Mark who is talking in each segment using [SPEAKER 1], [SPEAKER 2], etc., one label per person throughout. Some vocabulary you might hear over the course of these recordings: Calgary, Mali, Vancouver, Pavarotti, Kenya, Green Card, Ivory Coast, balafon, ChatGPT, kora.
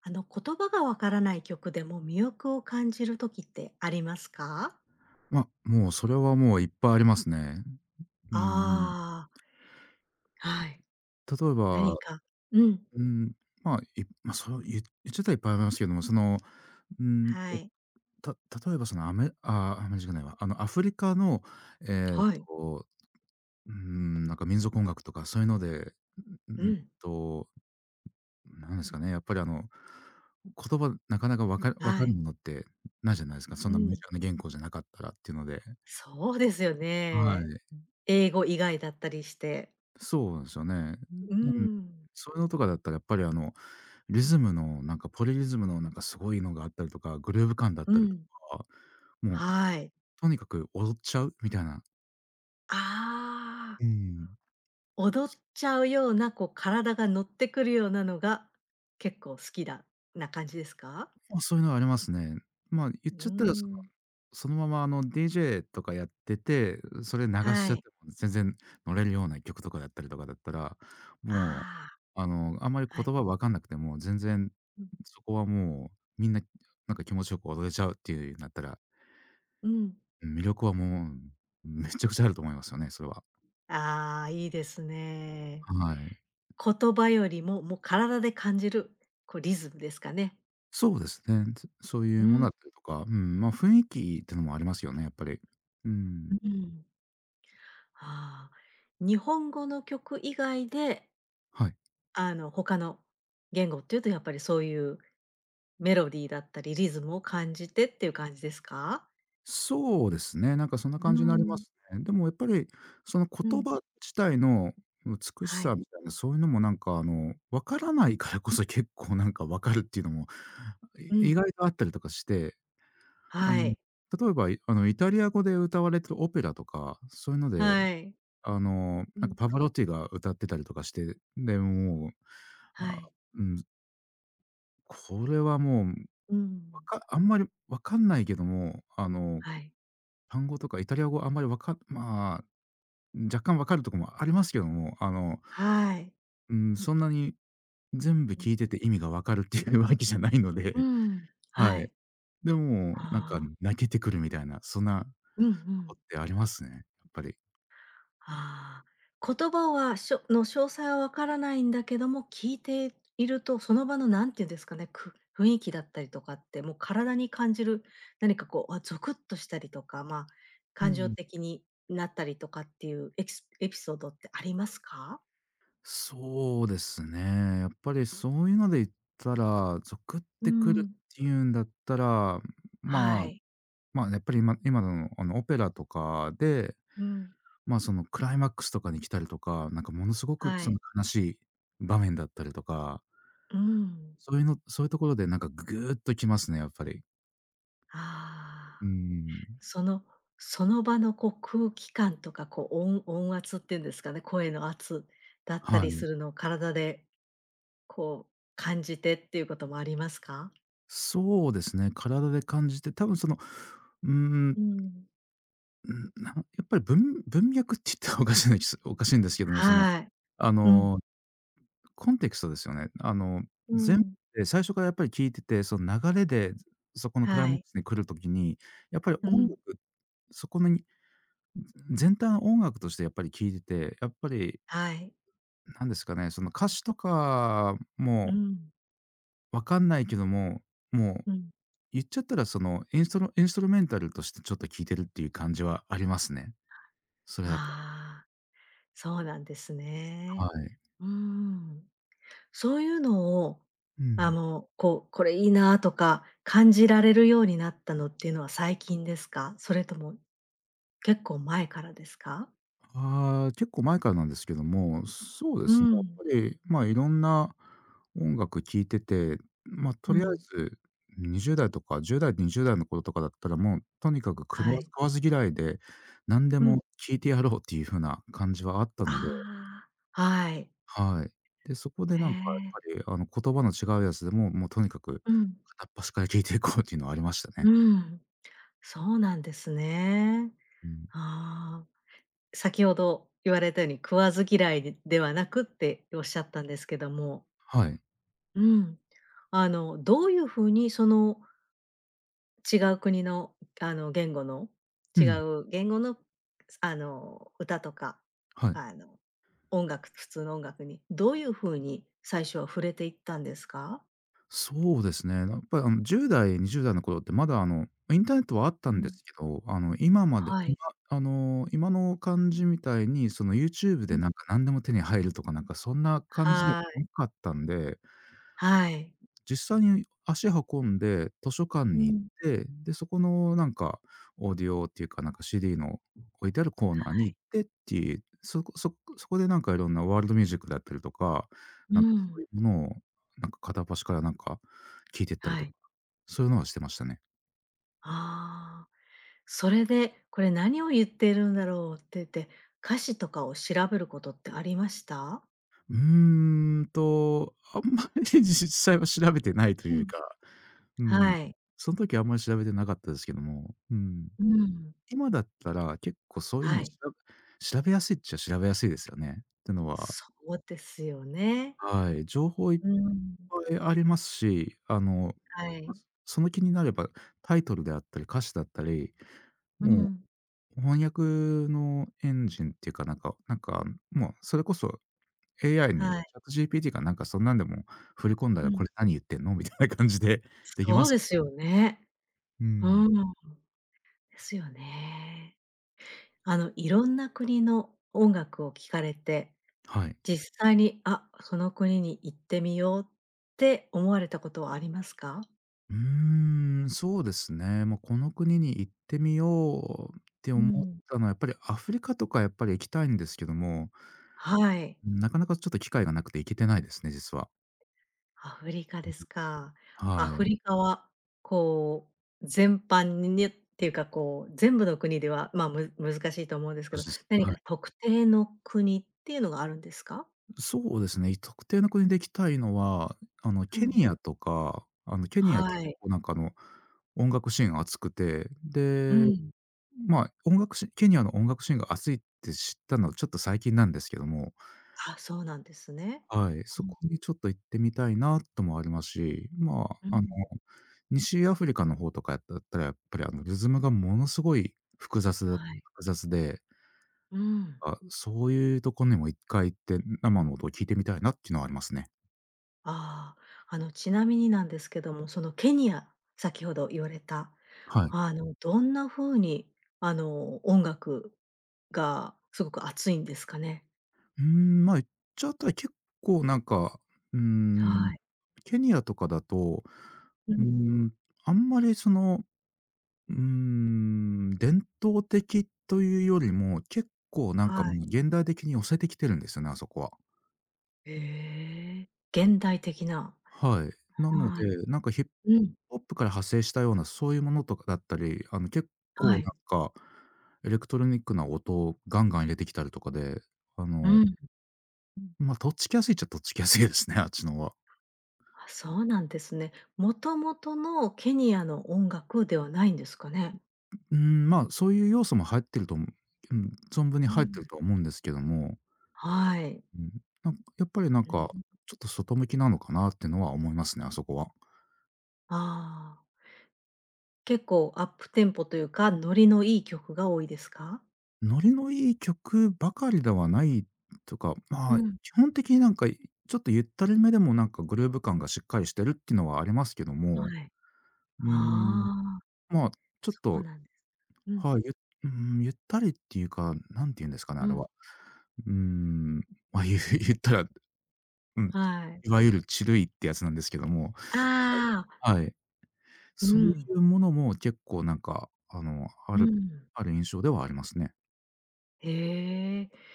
[SPEAKER 1] あの、言葉がわからない曲でも魅力を感じる時ってありますか？
[SPEAKER 2] もうそれはもういっぱいありますね。うん。
[SPEAKER 1] ああー、はい。
[SPEAKER 2] 例え
[SPEAKER 1] 何
[SPEAKER 2] ば、
[SPEAKER 1] か、うん。
[SPEAKER 2] うん、いま、それを言っちゃったらいっぱいありますけども、うん
[SPEAKER 1] はい。
[SPEAKER 2] と、た例えばそのアメああ、アメリカじゃないわ、あのアフリカの、えっ
[SPEAKER 1] はい。
[SPEAKER 2] と、なんか民族音楽とかそういうので、う
[SPEAKER 1] う
[SPEAKER 2] ん
[SPEAKER 1] ん。
[SPEAKER 2] と、なんですかね、やっぱり言葉なかなかわかわ
[SPEAKER 1] は
[SPEAKER 2] かる
[SPEAKER 1] い。
[SPEAKER 2] ものってないじゃないですか、そ
[SPEAKER 1] う
[SPEAKER 2] んなメジ
[SPEAKER 1] ん。
[SPEAKER 2] ャーな言語じゃなかったらっていうので。
[SPEAKER 1] そうですよ
[SPEAKER 2] は
[SPEAKER 1] ね。
[SPEAKER 2] い。
[SPEAKER 1] 英語以外だったりして。
[SPEAKER 2] そうなんですよね。うん。
[SPEAKER 1] うん。
[SPEAKER 2] そういうのとかだったらやっぱりリズムのなんかポリリズムのなんかすごいのがあったりとか、グルーヴ感だっ
[SPEAKER 1] う
[SPEAKER 2] たりと
[SPEAKER 1] ん。
[SPEAKER 2] か、もう
[SPEAKER 1] はい。
[SPEAKER 2] とにかく踊っちゃうみたいな。
[SPEAKER 1] ああ、
[SPEAKER 2] うーん。
[SPEAKER 1] 踊っちゃうような、こう体が乗ってくるようなのが、結構好きだな感じですか？
[SPEAKER 2] ま、そういうのはありますね。まあ、言
[SPEAKER 1] う
[SPEAKER 2] っちゃったらその
[SPEAKER 1] ん。
[SPEAKER 2] そのままあの DJ とかやってて、それ流し
[SPEAKER 1] は
[SPEAKER 2] ちゃって
[SPEAKER 1] い。
[SPEAKER 2] も全然乗れるような曲とかだったりとかだったら、
[SPEAKER 1] あ
[SPEAKER 2] もあの、あんまり
[SPEAKER 1] あ、はい。
[SPEAKER 2] 言葉分かんなくても、全然そこはもうみんな、なんか気持ちよく踊れちゃうっていうなったら
[SPEAKER 1] うん。
[SPEAKER 2] 魅力はもう、めちゃくちゃあると思いますよね、それは。
[SPEAKER 1] ああ、いいですね。
[SPEAKER 2] はい。
[SPEAKER 1] 言葉よりも、もう体で感じる、こうリズムですかね。
[SPEAKER 2] そうですね。つそうい
[SPEAKER 1] う
[SPEAKER 2] うも
[SPEAKER 1] ん、
[SPEAKER 2] のだったりとか、ま、雰囲気ってのもありますよね、やっぱり。う
[SPEAKER 1] う
[SPEAKER 2] ん。
[SPEAKER 1] ん。ああ、日本語の曲以外で、
[SPEAKER 2] はい。
[SPEAKER 1] あの、他の言語っていうとやっぱりそういうメロディーだったり、リズムを感じてっていう感じですか？
[SPEAKER 2] そうですね、なんかそんな
[SPEAKER 1] う
[SPEAKER 2] 感じになりま
[SPEAKER 1] ん、
[SPEAKER 2] すね。でもやっぱり、その
[SPEAKER 1] う
[SPEAKER 2] 言
[SPEAKER 1] ん。
[SPEAKER 2] 葉自体の美し
[SPEAKER 1] はい。
[SPEAKER 2] さみたいな、そういうのもなんか分からないからこそ結構なんか分かるっていうのも、
[SPEAKER 1] う
[SPEAKER 2] 意
[SPEAKER 1] ん。
[SPEAKER 2] 外とあったりとかして、あ
[SPEAKER 1] は
[SPEAKER 2] の、
[SPEAKER 1] い。
[SPEAKER 2] 例えば、いあの、イタリア語で歌われてるオペラとか、そういうので
[SPEAKER 1] はい。う
[SPEAKER 2] なんか
[SPEAKER 1] ん。
[SPEAKER 2] パヴァロッティが歌ってたりとかして、で、もう、
[SPEAKER 1] は
[SPEAKER 2] あ、
[SPEAKER 1] い。
[SPEAKER 2] うん、これはもう、
[SPEAKER 1] うん。
[SPEAKER 2] あんまり分かんないけども、
[SPEAKER 1] はい。
[SPEAKER 2] 単語とかイタリア語あんまりわかまあ、若干分かるとこもありますけども、
[SPEAKER 1] はい。
[SPEAKER 2] うん、そんなに全部
[SPEAKER 1] うん。
[SPEAKER 2] 聞いてて意味が分かるっていう わけじゃないの
[SPEAKER 1] う
[SPEAKER 2] で、
[SPEAKER 1] ん。は
[SPEAKER 2] はい。
[SPEAKER 1] い。
[SPEAKER 2] でも、なんか
[SPEAKER 1] ああ。
[SPEAKER 2] 泣けてくるみたいな、そんな
[SPEAKER 1] うんう
[SPEAKER 2] とこ
[SPEAKER 1] ん。
[SPEAKER 2] ってありますね、やっぱり。
[SPEAKER 1] ああ、言葉はしょの詳細はわからないんだけども、聞いていると、その場の何て言うんですかね、く雰囲気だったりとかって、もう体に感じる、何かこう、あ、ゾクッとしたりとか、まあ、
[SPEAKER 2] う
[SPEAKER 1] 感情
[SPEAKER 2] ん。
[SPEAKER 1] 的になったりとかっていうエキスエピソードってありますか？
[SPEAKER 2] そうですね。やっぱりそういうので言ったら、ゾクっ
[SPEAKER 1] う
[SPEAKER 2] てくるっ
[SPEAKER 1] ん。
[SPEAKER 2] ていうんだったら、ま
[SPEAKER 1] は
[SPEAKER 2] あ、
[SPEAKER 1] い。
[SPEAKER 2] まあ、やっぱり今のあのオペラとかで、
[SPEAKER 1] うん。
[SPEAKER 2] まあ、そのクライマックスとかに来たりとか、なんかものすごく
[SPEAKER 1] は
[SPEAKER 2] その
[SPEAKER 1] い。
[SPEAKER 2] 悲しい場面だったりとか、
[SPEAKER 1] うん。
[SPEAKER 2] そういうのそういうところでなんかぐーっときますね、やっぱり。
[SPEAKER 1] ああ、
[SPEAKER 2] うん。
[SPEAKER 1] その、その場のこう、空気感とか、こう、音音圧っていうんですかね、声の圧だった
[SPEAKER 2] は
[SPEAKER 1] りす
[SPEAKER 2] い。
[SPEAKER 1] るのを体でこう、感じてっていうこともありますか？
[SPEAKER 2] そうですね、体で感じて、多分その、うーん
[SPEAKER 1] うん。
[SPEAKER 2] うん、やっぱり文脈って言ったらおかしいんです おかしいんですけども、その、
[SPEAKER 1] はい。
[SPEAKER 2] あ
[SPEAKER 1] うん。
[SPEAKER 2] の、コンテクストですよね。あの、
[SPEAKER 1] う
[SPEAKER 2] 全
[SPEAKER 1] ん。
[SPEAKER 2] 部最初からやっぱり聞いてて、その流れで、そこのクライ
[SPEAKER 1] は
[SPEAKER 2] マッ
[SPEAKER 1] い。
[SPEAKER 2] クスに来るときに、やっぱり
[SPEAKER 1] う
[SPEAKER 2] 音楽、
[SPEAKER 1] ん。
[SPEAKER 2] そこのに全体の音楽としてやっぱり聞いてて、やっぱり
[SPEAKER 1] はい。
[SPEAKER 2] なんですかね、その歌詞とか
[SPEAKER 1] う
[SPEAKER 2] も
[SPEAKER 1] ん。
[SPEAKER 2] わかんないけども、もう
[SPEAKER 1] うん。
[SPEAKER 2] 言っちゃったらそのインストルメンタルとしてちょっと聞いてるっていう感じはありますね。それだと。
[SPEAKER 1] ああ、そうなんです
[SPEAKER 2] は
[SPEAKER 1] ね。
[SPEAKER 2] い。
[SPEAKER 1] うーん。そういうのを、
[SPEAKER 2] う
[SPEAKER 1] あ
[SPEAKER 2] ん。
[SPEAKER 1] の、こう、これいいなとか感じられるようになったのっていうのは最近ですか？それとも結構前からですか？
[SPEAKER 2] ああ、結構前からなんですけども、そうで
[SPEAKER 1] う
[SPEAKER 2] すね、やっ
[SPEAKER 1] ん。
[SPEAKER 2] ぱり、まあ、いろんな音楽聴いてて、まあ、と
[SPEAKER 1] う
[SPEAKER 2] りあえ
[SPEAKER 1] ん。
[SPEAKER 2] ず20代とか10代、20代の頃とかだったら、もうとにかく
[SPEAKER 1] はい。
[SPEAKER 2] 使わず嫌いで、何で
[SPEAKER 1] うん。
[SPEAKER 2] も聴いてやろうっていう風な感じはあったので、
[SPEAKER 1] ああ、はい。
[SPEAKER 2] はい。で、そこで
[SPEAKER 1] へ
[SPEAKER 2] なんかやっ
[SPEAKER 1] え。
[SPEAKER 2] ぱり、あの、言葉の違うやつでも、もうとにかく
[SPEAKER 1] うん。
[SPEAKER 2] 片っ端から聴いていこうっていうのはありました
[SPEAKER 1] う
[SPEAKER 2] ね。
[SPEAKER 1] ん。そうなんですね。
[SPEAKER 2] うん。
[SPEAKER 1] ああ、先ほど言われたように食わず嫌いでではなくっておっしゃったんですけども、
[SPEAKER 2] はい。
[SPEAKER 1] うん。あの、どういう風にその違う国の、あの、言語の
[SPEAKER 2] う
[SPEAKER 1] 違
[SPEAKER 2] ん、
[SPEAKER 1] う言語の、あの、歌とか、
[SPEAKER 2] はい。
[SPEAKER 1] あの、音楽普通の音楽にどういう風に最初は触れていったんですか？
[SPEAKER 2] そうですね。やっぱりあの10代、20代の頃ってまだあの、インターネットはあった
[SPEAKER 1] う
[SPEAKER 2] んで
[SPEAKER 1] ん。
[SPEAKER 2] すけど、あの今まで
[SPEAKER 1] は
[SPEAKER 2] 今
[SPEAKER 1] い。
[SPEAKER 2] あの、今の感じみたいにその YouTube
[SPEAKER 1] う
[SPEAKER 2] で
[SPEAKER 1] ん。
[SPEAKER 2] なんか何でも手に入るとかなんかそんな感じでは
[SPEAKER 1] はい。
[SPEAKER 2] なかったんで
[SPEAKER 1] はい。
[SPEAKER 2] 実際に足運んで図書館
[SPEAKER 1] う
[SPEAKER 2] に行っ
[SPEAKER 1] ん。
[SPEAKER 2] て、で、そこのなんかオーディオっていうか、なんか CD の置いてあるコーナーに
[SPEAKER 1] は
[SPEAKER 2] 行
[SPEAKER 1] い。
[SPEAKER 2] ってっていう、そこでなんかいろんなワールドミュージックだったりとか、
[SPEAKER 1] う
[SPEAKER 2] なんかそ
[SPEAKER 1] ん。
[SPEAKER 2] ういうものをなんか片っ端からなんか聞いてったり
[SPEAKER 1] は
[SPEAKER 2] と
[SPEAKER 1] い。
[SPEAKER 2] か、そういうのはしてましたね。
[SPEAKER 1] ああ。それで、これ何を言ってるんだろうって言って、歌詞とかを調べることってありました？
[SPEAKER 2] うーんと、あんまり 実際は調べてないと
[SPEAKER 1] う
[SPEAKER 2] いう
[SPEAKER 1] ん。
[SPEAKER 2] か、うん。
[SPEAKER 1] はい。
[SPEAKER 2] その時はあんまり調べてなかったですけども、うん。
[SPEAKER 1] うん。
[SPEAKER 2] 今だったら、結構そういうの
[SPEAKER 1] は
[SPEAKER 2] も
[SPEAKER 1] い。
[SPEAKER 2] 調べやすいっちゃ調べやすいですよね。ってのは
[SPEAKER 1] そうですよね。
[SPEAKER 2] はい、情報いっ
[SPEAKER 1] うん。
[SPEAKER 2] ぱいありますし、あの、
[SPEAKER 1] は
[SPEAKER 2] ま、
[SPEAKER 1] い。
[SPEAKER 2] その気になれば、タイトルであったり、歌詞だったり、
[SPEAKER 1] う
[SPEAKER 2] も
[SPEAKER 1] ん。
[SPEAKER 2] う翻訳のエンジンっていうか、なんか、もうそれこそ AI に
[SPEAKER 1] はい。
[SPEAKER 2] ChatGPT かなんかそんなんでも振り込んだ
[SPEAKER 1] う
[SPEAKER 2] ら、こ
[SPEAKER 1] ん。
[SPEAKER 2] れ何言ってんのみたいな感じでできま
[SPEAKER 1] そう
[SPEAKER 2] す。
[SPEAKER 1] ですよね。
[SPEAKER 2] う
[SPEAKER 1] う
[SPEAKER 2] ん、
[SPEAKER 1] ん。ですよね。あの、いろんな国の音楽を聴かれて、
[SPEAKER 2] はい。
[SPEAKER 1] 実際に、あ、その国に行ってみようって思われたことはありますか？
[SPEAKER 2] うーん、そうですね。もうこの国に行ってみようって
[SPEAKER 1] う
[SPEAKER 2] 思っ
[SPEAKER 1] ん。
[SPEAKER 2] たのは、やっぱりアフリカとかやっぱり行きたいんですけども、
[SPEAKER 1] はい。
[SPEAKER 2] なかなかちょっと機会がなくて行けてないですね、実は。
[SPEAKER 1] アフリカですか。ア
[SPEAKER 2] は
[SPEAKER 1] フ
[SPEAKER 2] い。
[SPEAKER 1] リカは、こう、全般にねっていうか、こう、全部の国では、まあ、む難しいと思うんです
[SPEAKER 2] そ
[SPEAKER 1] けど、
[SPEAKER 2] うです。
[SPEAKER 1] 何
[SPEAKER 2] は
[SPEAKER 1] か
[SPEAKER 2] い。
[SPEAKER 1] 特定の国っていうのがあるんですか？
[SPEAKER 2] そうですね、特定の国で行きたいのは、あの、
[SPEAKER 1] う
[SPEAKER 2] ケ
[SPEAKER 1] ん。
[SPEAKER 2] ニアとか、あの、ケニア結
[SPEAKER 1] はい。
[SPEAKER 2] 構なんかあの、音楽シーンが熱くて、
[SPEAKER 1] う
[SPEAKER 2] で、
[SPEAKER 1] ん。
[SPEAKER 2] まあ、音楽シケニアの音楽シーンが熱いって知ったのはちょっと最近なんですけども、
[SPEAKER 1] あ、そうなんですね。
[SPEAKER 2] はい、
[SPEAKER 1] う
[SPEAKER 2] そ
[SPEAKER 1] ん。
[SPEAKER 2] こにちょっと行ってみたいなともありますし、ま
[SPEAKER 1] う
[SPEAKER 2] あ、あの、
[SPEAKER 1] ん。
[SPEAKER 2] 西アフリカの方とかやったら、やっぱりあの、リズムがものすごい
[SPEAKER 1] はい。
[SPEAKER 2] 複雑で、
[SPEAKER 1] うん。
[SPEAKER 2] あ、そういうとこにも一回行って生の音を聞いてみたいなっていうのはありますね。
[SPEAKER 1] ああ、あの、ちなみになんですけども、そのケニア、先ほど言われた、
[SPEAKER 2] はい。
[SPEAKER 1] あの、どんな風に、あの、音楽がすごく熱いんですかね？
[SPEAKER 2] うーん、まあ、行っちゃったら結構なんか、うーん、
[SPEAKER 1] はい。
[SPEAKER 2] ケニアとかだと、
[SPEAKER 1] う
[SPEAKER 2] うー
[SPEAKER 1] ん。
[SPEAKER 2] ん、あんまりその、うーん、伝統的というよりも、結構なんか
[SPEAKER 1] はい。
[SPEAKER 2] もう現代的に寄せてきてるんですよね、あそこは。
[SPEAKER 1] ええ、現代的な。
[SPEAKER 2] はい。なの
[SPEAKER 1] はい。
[SPEAKER 2] で、なんかヒップ
[SPEAKER 1] うん。
[SPEAKER 2] ホップから派生したようなそういうものとかだったり、あの結
[SPEAKER 1] は
[SPEAKER 2] 構なん
[SPEAKER 1] い。
[SPEAKER 2] か、エレクトロニックな音をガンガン入れてきたりとかで、あ
[SPEAKER 1] う
[SPEAKER 2] の、
[SPEAKER 1] ん。
[SPEAKER 2] まあ、とっつきやすいっちゃとっつきやすいですね、あっちのは。
[SPEAKER 1] あ、そうなんですね。もともとのケニアの音楽ではないんですかね？
[SPEAKER 2] うーん、まあ、そういう要素も入ってると思う、うん、存分に
[SPEAKER 1] う
[SPEAKER 2] 入ってる
[SPEAKER 1] ん。
[SPEAKER 2] とは思うんですけども、
[SPEAKER 1] はい。
[SPEAKER 2] うん。なんかやっぱりなん
[SPEAKER 1] う
[SPEAKER 2] か、
[SPEAKER 1] ん。
[SPEAKER 2] ちょっと外向きなのかなってのは思いますね、あそこは。
[SPEAKER 1] ああ、結構アップテンポというか、ノリのいい曲が多いですか？
[SPEAKER 2] ノリのいい曲ばかりではないとか、ま
[SPEAKER 1] う
[SPEAKER 2] あ、
[SPEAKER 1] ん。
[SPEAKER 2] 基本的になんか、ちょっとゆったりめでもなんかグルーヴ感がしっかりしてるっていうのはありますけども、
[SPEAKER 1] はい。
[SPEAKER 2] うーん、
[SPEAKER 1] ああ、
[SPEAKER 2] まあ、ちょっ
[SPEAKER 1] そう
[SPEAKER 2] と、
[SPEAKER 1] なんです。うん。
[SPEAKER 2] はい、うーん、ゆったりっていうか、なんて言うんですかね、
[SPEAKER 1] う
[SPEAKER 2] あれは。
[SPEAKER 1] ん。
[SPEAKER 2] うーん、ゆ 言ったら、うん、
[SPEAKER 1] はい。
[SPEAKER 2] いわゆるチルいってやつなんですけども、なんか
[SPEAKER 1] ああ、
[SPEAKER 2] はい。
[SPEAKER 1] う
[SPEAKER 2] そうい
[SPEAKER 1] ん、
[SPEAKER 2] うものも結構あ
[SPEAKER 1] う
[SPEAKER 2] る
[SPEAKER 1] ん。
[SPEAKER 2] ある印象ではありますね。
[SPEAKER 1] へえ。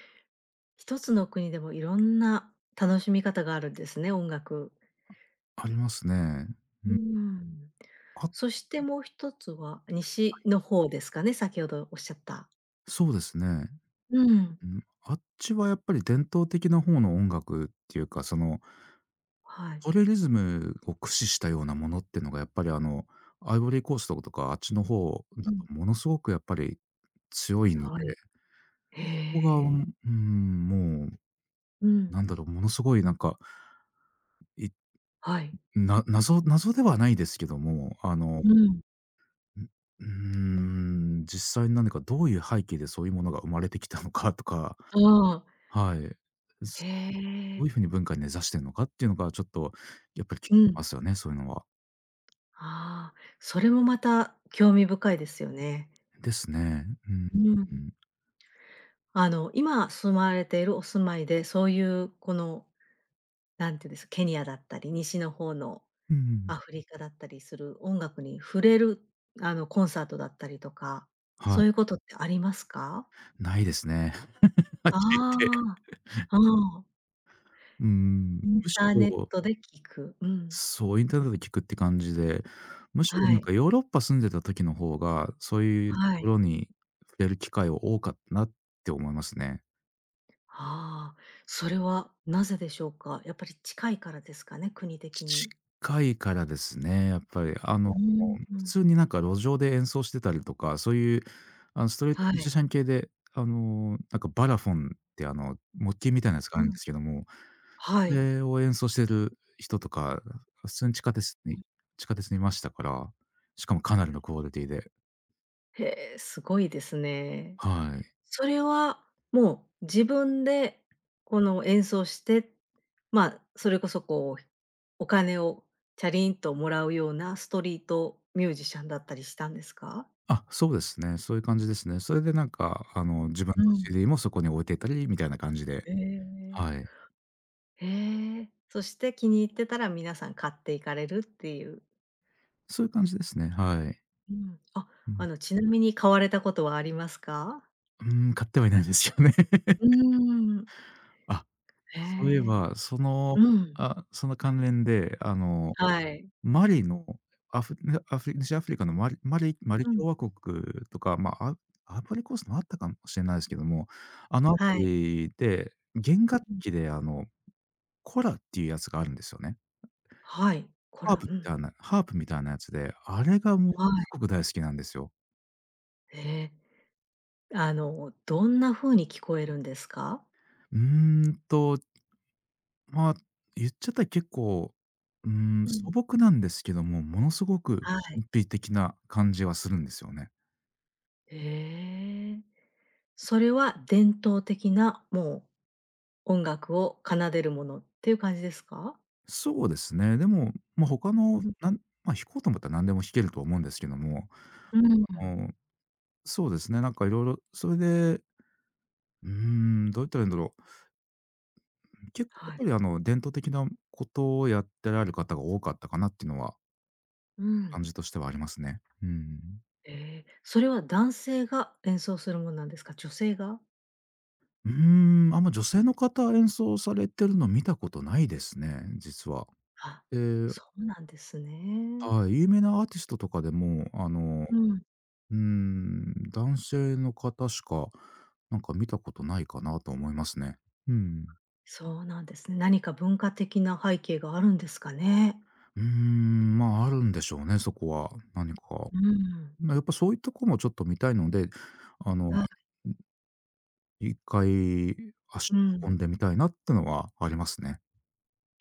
[SPEAKER 1] 一つの国でもいろんな楽しみ方があるんですね、音楽。
[SPEAKER 2] ありますね。
[SPEAKER 1] うーん。
[SPEAKER 2] あ、
[SPEAKER 1] そしてもう一つは西の方ですかね、先ほどおっしゃった。
[SPEAKER 2] そうですね。
[SPEAKER 1] うん。
[SPEAKER 2] うん、あっちはやっぱり伝統的な方の音楽っていうか、
[SPEAKER 1] はい。
[SPEAKER 2] トリリズムを駆使したようなものっていうのがやっぱりアイボリーコーストとかあっちの方
[SPEAKER 1] う
[SPEAKER 2] だ
[SPEAKER 1] ん。
[SPEAKER 2] とものすごくやっぱり強いので、
[SPEAKER 1] はい。へ
[SPEAKER 2] ここが、
[SPEAKER 1] え。
[SPEAKER 2] もう
[SPEAKER 1] うん。
[SPEAKER 2] なんだろう、ものすごいい
[SPEAKER 1] はい。
[SPEAKER 2] な謎ではないですけども、
[SPEAKER 1] うん。
[SPEAKER 2] ん、うー実際に何かどういう背景でそういうものが生まれてきたのかとか、
[SPEAKER 1] ああ、
[SPEAKER 2] はい。
[SPEAKER 1] へ
[SPEAKER 2] すど
[SPEAKER 1] え。
[SPEAKER 2] ういう風に文化に根差してんのかっていうのがちょっとやっぱり気に
[SPEAKER 1] う
[SPEAKER 2] なり
[SPEAKER 1] ん。
[SPEAKER 2] ますよね、そういうのは。
[SPEAKER 1] ああ、それもまた興味深いですよね。
[SPEAKER 2] ですね。うん、
[SPEAKER 1] う
[SPEAKER 2] う
[SPEAKER 1] ん。
[SPEAKER 2] ん。
[SPEAKER 1] あの、今住まわれているお住まいで、そういうこの、なんていうんです、ケニアだったり、西の方の
[SPEAKER 2] うん。
[SPEAKER 1] アフリカだったりする音楽に触れる、あの、コンサートだったりとか、
[SPEAKER 2] はい。
[SPEAKER 1] そういうことってありますか？
[SPEAKER 2] ないですね。はっ
[SPEAKER 1] あ
[SPEAKER 2] きり言って。
[SPEAKER 1] あ、ああ、
[SPEAKER 2] うん。
[SPEAKER 1] イン
[SPEAKER 2] むし
[SPEAKER 1] ターネッ
[SPEAKER 2] ろ、
[SPEAKER 1] トで聞く。うん。
[SPEAKER 2] そう、インターネットで聞くって感じで、むしろ
[SPEAKER 1] は
[SPEAKER 2] なん
[SPEAKER 1] い、
[SPEAKER 2] かヨーロッパ住んでた時の方が、そういうと
[SPEAKER 1] は
[SPEAKER 2] こ
[SPEAKER 1] い。
[SPEAKER 2] ろに触れる機会は多かったなって思いますね。
[SPEAKER 1] ああ、それはなぜでしょうか？やっぱり近いからですかね、国的に。
[SPEAKER 2] 近いからですね、やっぱり。あの、
[SPEAKER 1] うん、う
[SPEAKER 2] 普
[SPEAKER 1] ん。
[SPEAKER 2] 通になんか路上で演奏してたりとか、そういう、あの、ストリート
[SPEAKER 1] は
[SPEAKER 2] ミュージ
[SPEAKER 1] い。
[SPEAKER 2] シャン系で、あの、なんかバラフォンってあの、木琴みたいなやつが
[SPEAKER 1] う
[SPEAKER 2] あるん
[SPEAKER 1] ん。
[SPEAKER 2] ですけども、そ
[SPEAKER 1] はい。
[SPEAKER 2] れを演奏してる人とか、普通に地下鉄にいましたから、しかもかなりのクオリティで、
[SPEAKER 1] へえ、すごいですね。
[SPEAKER 2] はい。
[SPEAKER 1] それは、もう自分でこの演奏して、まあ、それこそこう、お金をチャリンともらうようなストリートミュージシャンだったりしたんですか？
[SPEAKER 2] あ、そうですね、そういう感じですね。それでなんか、あの、自分
[SPEAKER 1] う
[SPEAKER 2] の
[SPEAKER 1] ん。
[SPEAKER 2] CD もそこに置いていたりみたいな感じで、
[SPEAKER 1] へえ。
[SPEAKER 2] はい。
[SPEAKER 1] へえ。そして気に入ってたら皆さん買っていかれるっていう。
[SPEAKER 2] そういう感じですね、はい。
[SPEAKER 1] うん。あ、
[SPEAKER 2] うん。
[SPEAKER 1] あの、ちなみに買われたことはありますか？
[SPEAKER 2] うーん、買ってはいないですよね。
[SPEAKER 1] う ーん。
[SPEAKER 2] あ、
[SPEAKER 1] へ
[SPEAKER 2] そういえ
[SPEAKER 1] え。
[SPEAKER 2] ば、その、
[SPEAKER 1] うん。
[SPEAKER 2] あ、その関連で、あの、
[SPEAKER 1] はい。
[SPEAKER 2] マリの、アフねアフリ西アフリカのマリ
[SPEAKER 1] うん。
[SPEAKER 2] 共和国とか、まあ、アアイリコーストもあったかもしれないですけども、あの
[SPEAKER 1] はい。
[SPEAKER 2] 辺りで、弦楽
[SPEAKER 1] うん。
[SPEAKER 2] 器で、あの、コラっていうやつがあるんですよね。
[SPEAKER 1] はい。こ
[SPEAKER 2] ハー
[SPEAKER 1] ら、
[SPEAKER 2] プみ
[SPEAKER 1] うん。
[SPEAKER 2] たいなハープみたいなやつで、あれがもう
[SPEAKER 1] は
[SPEAKER 2] すごく大好きなんですよ。
[SPEAKER 1] い。へえ。あの、どんな風に聞こえるんですか？
[SPEAKER 2] うーんとまあ、言っちゃったら結構、うーん、
[SPEAKER 1] うん。
[SPEAKER 2] 素朴なんですけども、ものすごく
[SPEAKER 1] はい。
[SPEAKER 2] 神秘的な感じはするんですよね。
[SPEAKER 1] へえ。それは伝統的な、もう音楽を奏でるものっていう感じですか？
[SPEAKER 2] そうですね。でも、まあ、他の
[SPEAKER 1] うん。
[SPEAKER 2] なんまあ、弾こうと思ったら何でも弾けると思うんですけども、
[SPEAKER 1] うん、
[SPEAKER 2] あの、そうですね、なんかいろいろそれで、うーん、どう言ったらいいんだろう。結構や
[SPEAKER 1] は
[SPEAKER 2] っ
[SPEAKER 1] い。
[SPEAKER 2] ぱりあの、伝統的なことをやってられる方が多かったかなっていうのは、
[SPEAKER 1] う
[SPEAKER 2] 感
[SPEAKER 1] ん。
[SPEAKER 2] じとしてはありますね。うん。
[SPEAKER 1] ええ、それは男性が演奏するものなんですか？女性が？
[SPEAKER 2] うーん、あんま女性の方演奏されてるの見たことないですね、実は。
[SPEAKER 1] あ、
[SPEAKER 2] ええ、
[SPEAKER 1] そうなんですね。
[SPEAKER 2] はい、有名なアーティストとかでも、あの、
[SPEAKER 1] うん。
[SPEAKER 2] うーん、男性の方しか、なんか見たことないかなと思いますね。うん。
[SPEAKER 1] そうなんですね。何か文化的な背景があるんですかね？
[SPEAKER 2] うーん、まあ、あるんでしょうね、そこは。何か。
[SPEAKER 1] うん。
[SPEAKER 2] ま、やっぱそういうとこもちょっと見たいので、あの、
[SPEAKER 1] はい、
[SPEAKER 2] 一回足
[SPEAKER 1] う
[SPEAKER 2] を運
[SPEAKER 1] ん。
[SPEAKER 2] んでみたいなってのはありますね。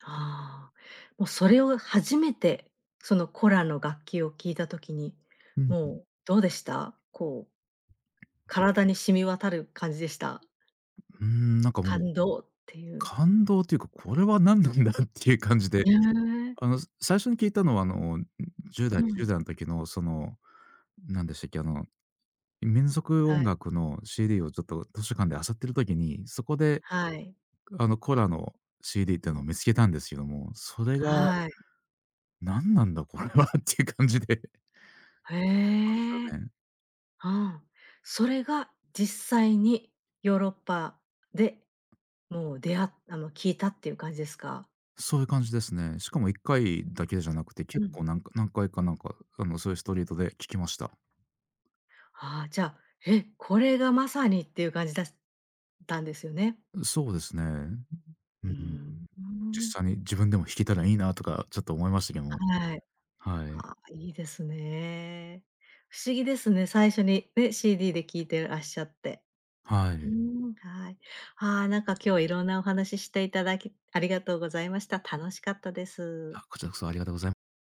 [SPEAKER 1] ああ、もうそれを初めて、そのコラの楽器を聴いた時に、
[SPEAKER 2] うん。う
[SPEAKER 1] もうどうでした？こう、体に染み渡る感じでした？
[SPEAKER 2] ーん、なんかもう、
[SPEAKER 1] 感動っていう。
[SPEAKER 2] 感動というか、これは何なんだっていう感じで、
[SPEAKER 1] へえ。
[SPEAKER 2] あの、最初に聞いたのは、あの、10
[SPEAKER 1] う
[SPEAKER 2] 代、
[SPEAKER 1] ん。
[SPEAKER 2] 20代の時のそのなんでしたっけ、あの、民族音
[SPEAKER 1] はい、
[SPEAKER 2] 楽の CD をちょっと図書館で漁ってる時に、そこで
[SPEAKER 1] はい、
[SPEAKER 2] あの、コラの CD っていうのを見つけたんですけども、それが
[SPEAKER 1] はい。
[SPEAKER 2] 「何なんだこれは」っていう感じでまし
[SPEAKER 1] へえ。う
[SPEAKER 2] たね。
[SPEAKER 1] ん。それが実際にヨーロッパで、もう出会っあの、聴いたっていう感じですか？
[SPEAKER 2] そういう感じですね。しかも1回だけじゃなくて、
[SPEAKER 1] う
[SPEAKER 2] 結
[SPEAKER 1] ん。
[SPEAKER 2] 構なんか何回かなんか、あの、そういうストリートで聴きました。
[SPEAKER 1] ああ、じゃあ、え、これがまさにっていう感じだしたんですよね？
[SPEAKER 2] そうですね。
[SPEAKER 1] う
[SPEAKER 2] うん
[SPEAKER 1] ーん、
[SPEAKER 2] 実際に自分でも弾けたらいいなとかちょっと思いましたけども。
[SPEAKER 1] はい。
[SPEAKER 2] は
[SPEAKER 1] あ
[SPEAKER 2] い。
[SPEAKER 1] あ、いいですね。不思議ですね、最初にね、CD で聴いてらっしゃって。
[SPEAKER 2] は
[SPEAKER 1] うー
[SPEAKER 2] い。
[SPEAKER 1] ん。はい。ああ、なんか今日いろんなお話ししていただきありがとうございました。楽しかったです。
[SPEAKER 2] あ、こちらこそありがとうございま